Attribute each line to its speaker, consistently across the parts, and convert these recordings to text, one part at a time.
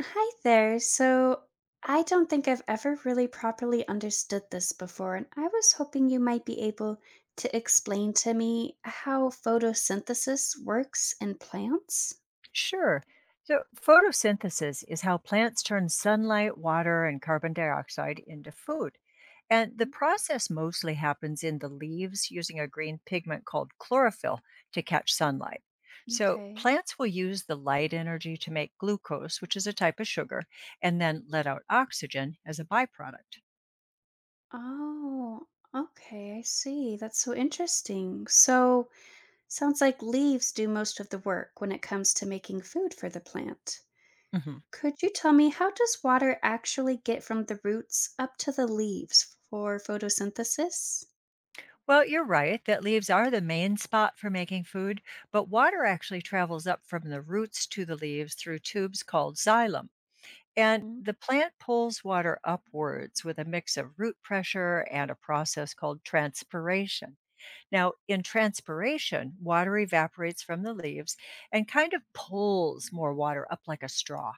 Speaker 1: Hi there. So, I don't think I've ever really properly understood this before, and I was hoping you might be able to explain to me how photosynthesis works in plants.
Speaker 2: Sure. So, photosynthesis is how plants turn sunlight, water, and carbon dioxide into food. And the
Speaker 1: Mm,
Speaker 2: process mostly happens in the leaves using a green pigment called chlorophyll to catch sunlight. So,
Speaker 1: Okay.
Speaker 2: plants will use the light energy to make glucose, which is a type of sugar, and then let out oxygen as a byproduct.
Speaker 1: Oh, okay. I see. That's so interesting. So, sounds like leaves do most of the work when it comes to making food for the plant.
Speaker 2: hmm
Speaker 1: Could you tell me, how does water actually get from the roots up to the leaves for photosynthesis?
Speaker 2: Well, you're right that leaves are the main spot for making food, but water actually travels up from the roots to the leaves through tubes called xylem. And
Speaker 1: Mm,
Speaker 2: the plant pulls water upwards with a mix of root pressure and a process called transpiration. Now, in transpiration, water evaporates from the leaves and kind of pulls more water up like a straw.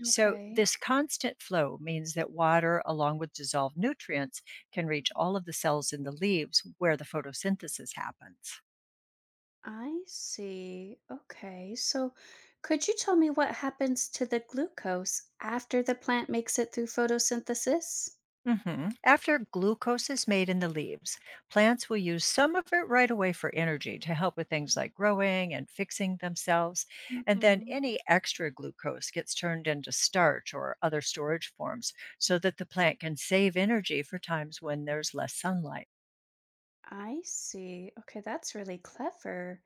Speaker 2: So,
Speaker 1: Okay,
Speaker 2: this constant flow means that water, along with dissolved nutrients, can reach all of the cells in the leaves where the photosynthesis happens.
Speaker 1: I see. Okay, so could you tell me what happens to the glucose after the plant makes it through photosynthesis?
Speaker 2: Mhm. After glucose is made in the leaves, plants will use some of it right away for energy to help with things like growing and fixing themselves. And then
Speaker 1: Hmm.
Speaker 2: any extra glucose gets turned into starch or other storage forms so that the plant can save energy for times when there's less sunlight.
Speaker 1: I see. Okay, that's really clever.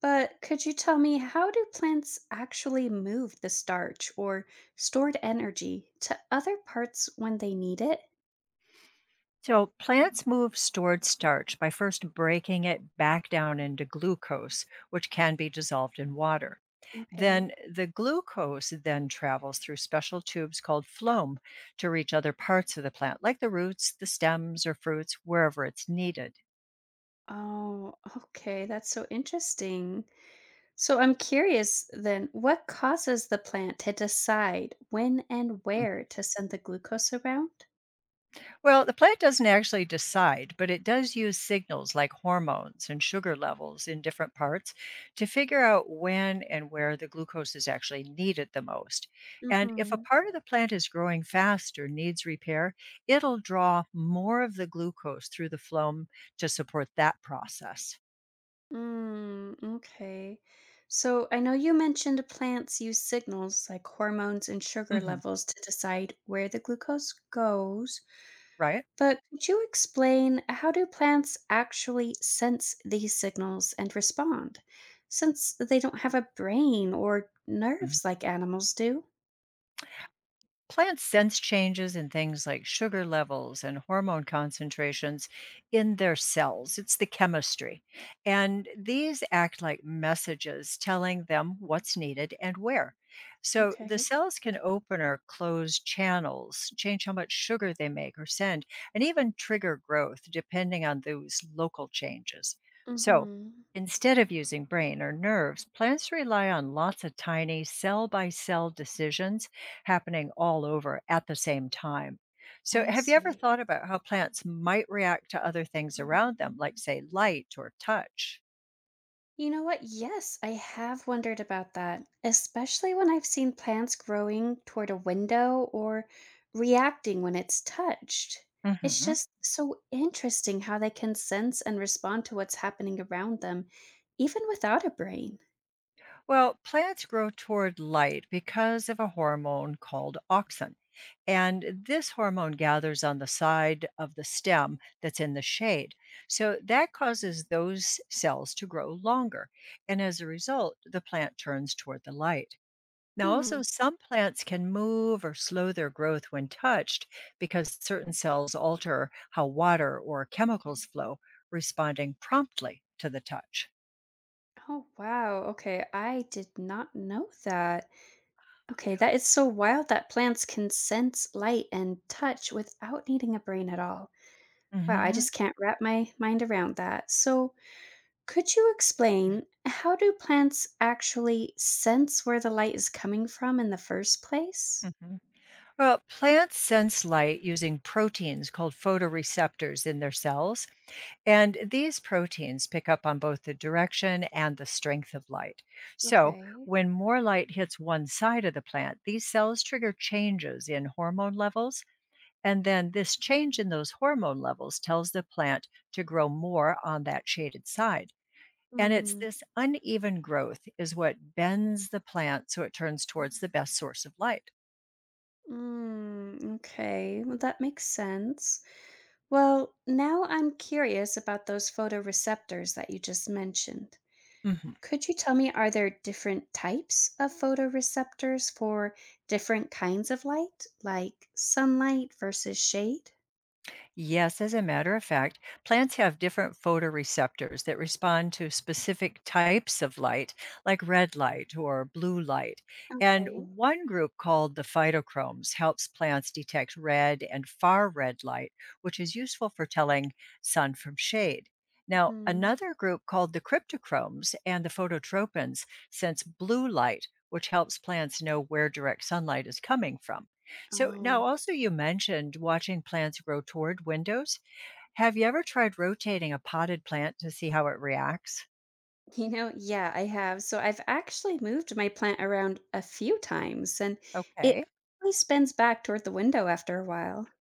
Speaker 1: But could you tell me, how do plants actually move the starch or stored energy to other parts when they need it?
Speaker 2: So, plants move stored starch by first breaking it back down into glucose, which can be dissolved in water.
Speaker 1: Okay.
Speaker 2: Then the glucose then travels through special tubes called phloem to reach other parts of the plant, like the roots, the stems, or fruits, wherever it's needed.
Speaker 1: Oh, okay, that's so interesting. So I'm curious then, what causes the plant to decide when and
Speaker 2: Mm.
Speaker 1: where to send the glucose around?
Speaker 2: Well, the plant doesn't actually decide, but it does use signals like hormones and sugar levels in different parts to figure out when and where the glucose is actually needed the most. And if a
Speaker 1: Mm-hmm.
Speaker 2: part of the plant is growing fast or needs repair, it'll draw more of the glucose through the phloem to support that process.
Speaker 1: Mm, okay. So I know you mentioned plants use signals like hormones and sugar levels to decide where the glucose goes,
Speaker 2: Right?
Speaker 1: but could you explain, how do plants actually sense these signals and respond, since they don't have a brain or
Speaker 2: Mhm.
Speaker 1: nerves like animals do?
Speaker 2: Plants sense changes in things like sugar levels and hormone concentrations in their cells. It's the chemistry. And these act like messages telling them what's needed and where. So the
Speaker 1: Okay.
Speaker 2: cells can open or close channels, change how much sugar they make or send, and even trigger growth depending on those local changes. So,
Speaker 1: Mm-hmm.
Speaker 2: instead of using brain or nerves, plants rely on lots of tiny cell by cell decisions happening all over at the same time. So,
Speaker 1: I
Speaker 2: have you ever
Speaker 1: see.
Speaker 2: thought about how plants might react to other things around them, like, say, light or touch?
Speaker 1: You know what? Yes, I have wondered about that, especially when I've seen plants growing toward a window or reacting when it's touched. It's
Speaker 2: hmm
Speaker 1: just so interesting how they can sense and respond to what's happening around them, even without a brain.
Speaker 2: Well, plants grow toward light because of a hormone called auxin. And this hormone gathers on the side of the stem that's in the shade. So that causes those cells to grow longer. And as a result, the plant turns toward the light. Now,
Speaker 1: Hmm.
Speaker 2: also, some plants can move or slow their growth when touched because certain cells alter how water or chemicals flow, responding promptly to the touch.
Speaker 1: Oh, wow. Okay. I did not know that. Okay. That is so wild that plants can sense light and touch without needing a brain at all. Wow. I
Speaker 2: hmm
Speaker 1: just can't wrap my mind around that. So, could you explain, how do plants actually sense where the light is coming from in the first place?
Speaker 2: hmm Well, plants sense light using proteins called photoreceptors in their cells, and these proteins pick up on both the direction and the strength of light. So,
Speaker 1: Okay.
Speaker 2: when more light hits one side of the plant, these cells trigger changes in hormone levels. And then this change in those hormone levels tells the plant to grow more on that shaded side. And it's
Speaker 1: Mm,
Speaker 2: this uneven growth is what bends the plant so it turns towards the best source of light.
Speaker 1: mm, okay. Well, that makes sense. Well, now I'm curious about those photoreceptors that you just mentioned. Could you tell me, are there different types of photoreceptors for different kinds of light, like sunlight versus shade?
Speaker 2: Yes, as a matter of fact, plants have different photoreceptors that respond to specific types of light, like red light or blue light. And
Speaker 1: Okay.
Speaker 2: one group called the phytochromes helps plants detect red and far red light, which is useful for telling sun from shade. Now,
Speaker 1: Mm.
Speaker 2: another group called the cryptochromes and the phototropins sense blue light, which helps plants know where direct sunlight is coming from. So now
Speaker 1: Oh.
Speaker 2: also you mentioned watching plants grow toward windows. Have you ever tried rotating a potted plant to see how it reacts?
Speaker 1: You know, yeah, I have. So I've actually moved my plant around a few times and it
Speaker 2: Okay.
Speaker 1: really spins back toward the window after a while.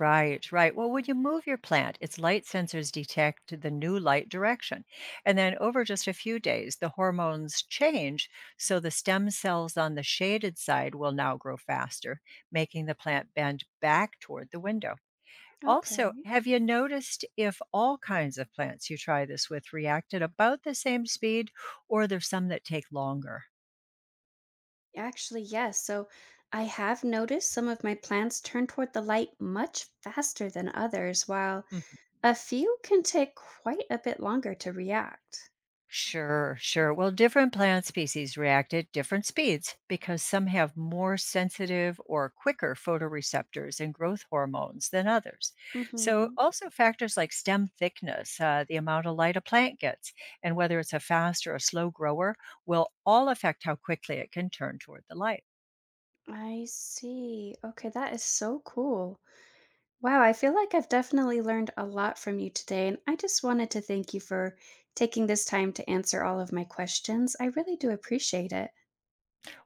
Speaker 2: Right, right. Well, when you move your plant, its light sensors detect the new light direction. And then over just a few days, the hormones change. So the stem cells on the shaded side will now grow faster, making the plant bend back toward the window. Also,
Speaker 1: Okay.
Speaker 2: have you noticed if all kinds of plants you try this with react at about the same speed, or there's some that take longer?
Speaker 1: Actually, yes. So I have noticed some of my plants turn toward the light much faster than others, while
Speaker 2: Mhm.
Speaker 1: a few can take quite a bit longer to react.
Speaker 2: Sure, sure. Well, different plant species react at different speeds because some have more sensitive or quicker photoreceptors and growth hormones than others. So,
Speaker 1: Mm-hmm.
Speaker 2: also factors like stem thickness, the amount of light a plant gets, and whether it's a fast or a slow grower will all affect how quickly it can turn toward the light.
Speaker 1: I see. Okay, that is so cool. Wow, I feel like I've definitely learned a lot from you today, and I just wanted to thank you for taking this time to answer all of my questions. I really do appreciate it.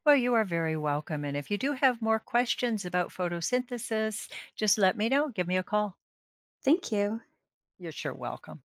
Speaker 2: Well, you are very welcome. And if you do have more questions about photosynthesis, just let me know. Give me a call.
Speaker 1: Thank you.
Speaker 2: You're sure welcome.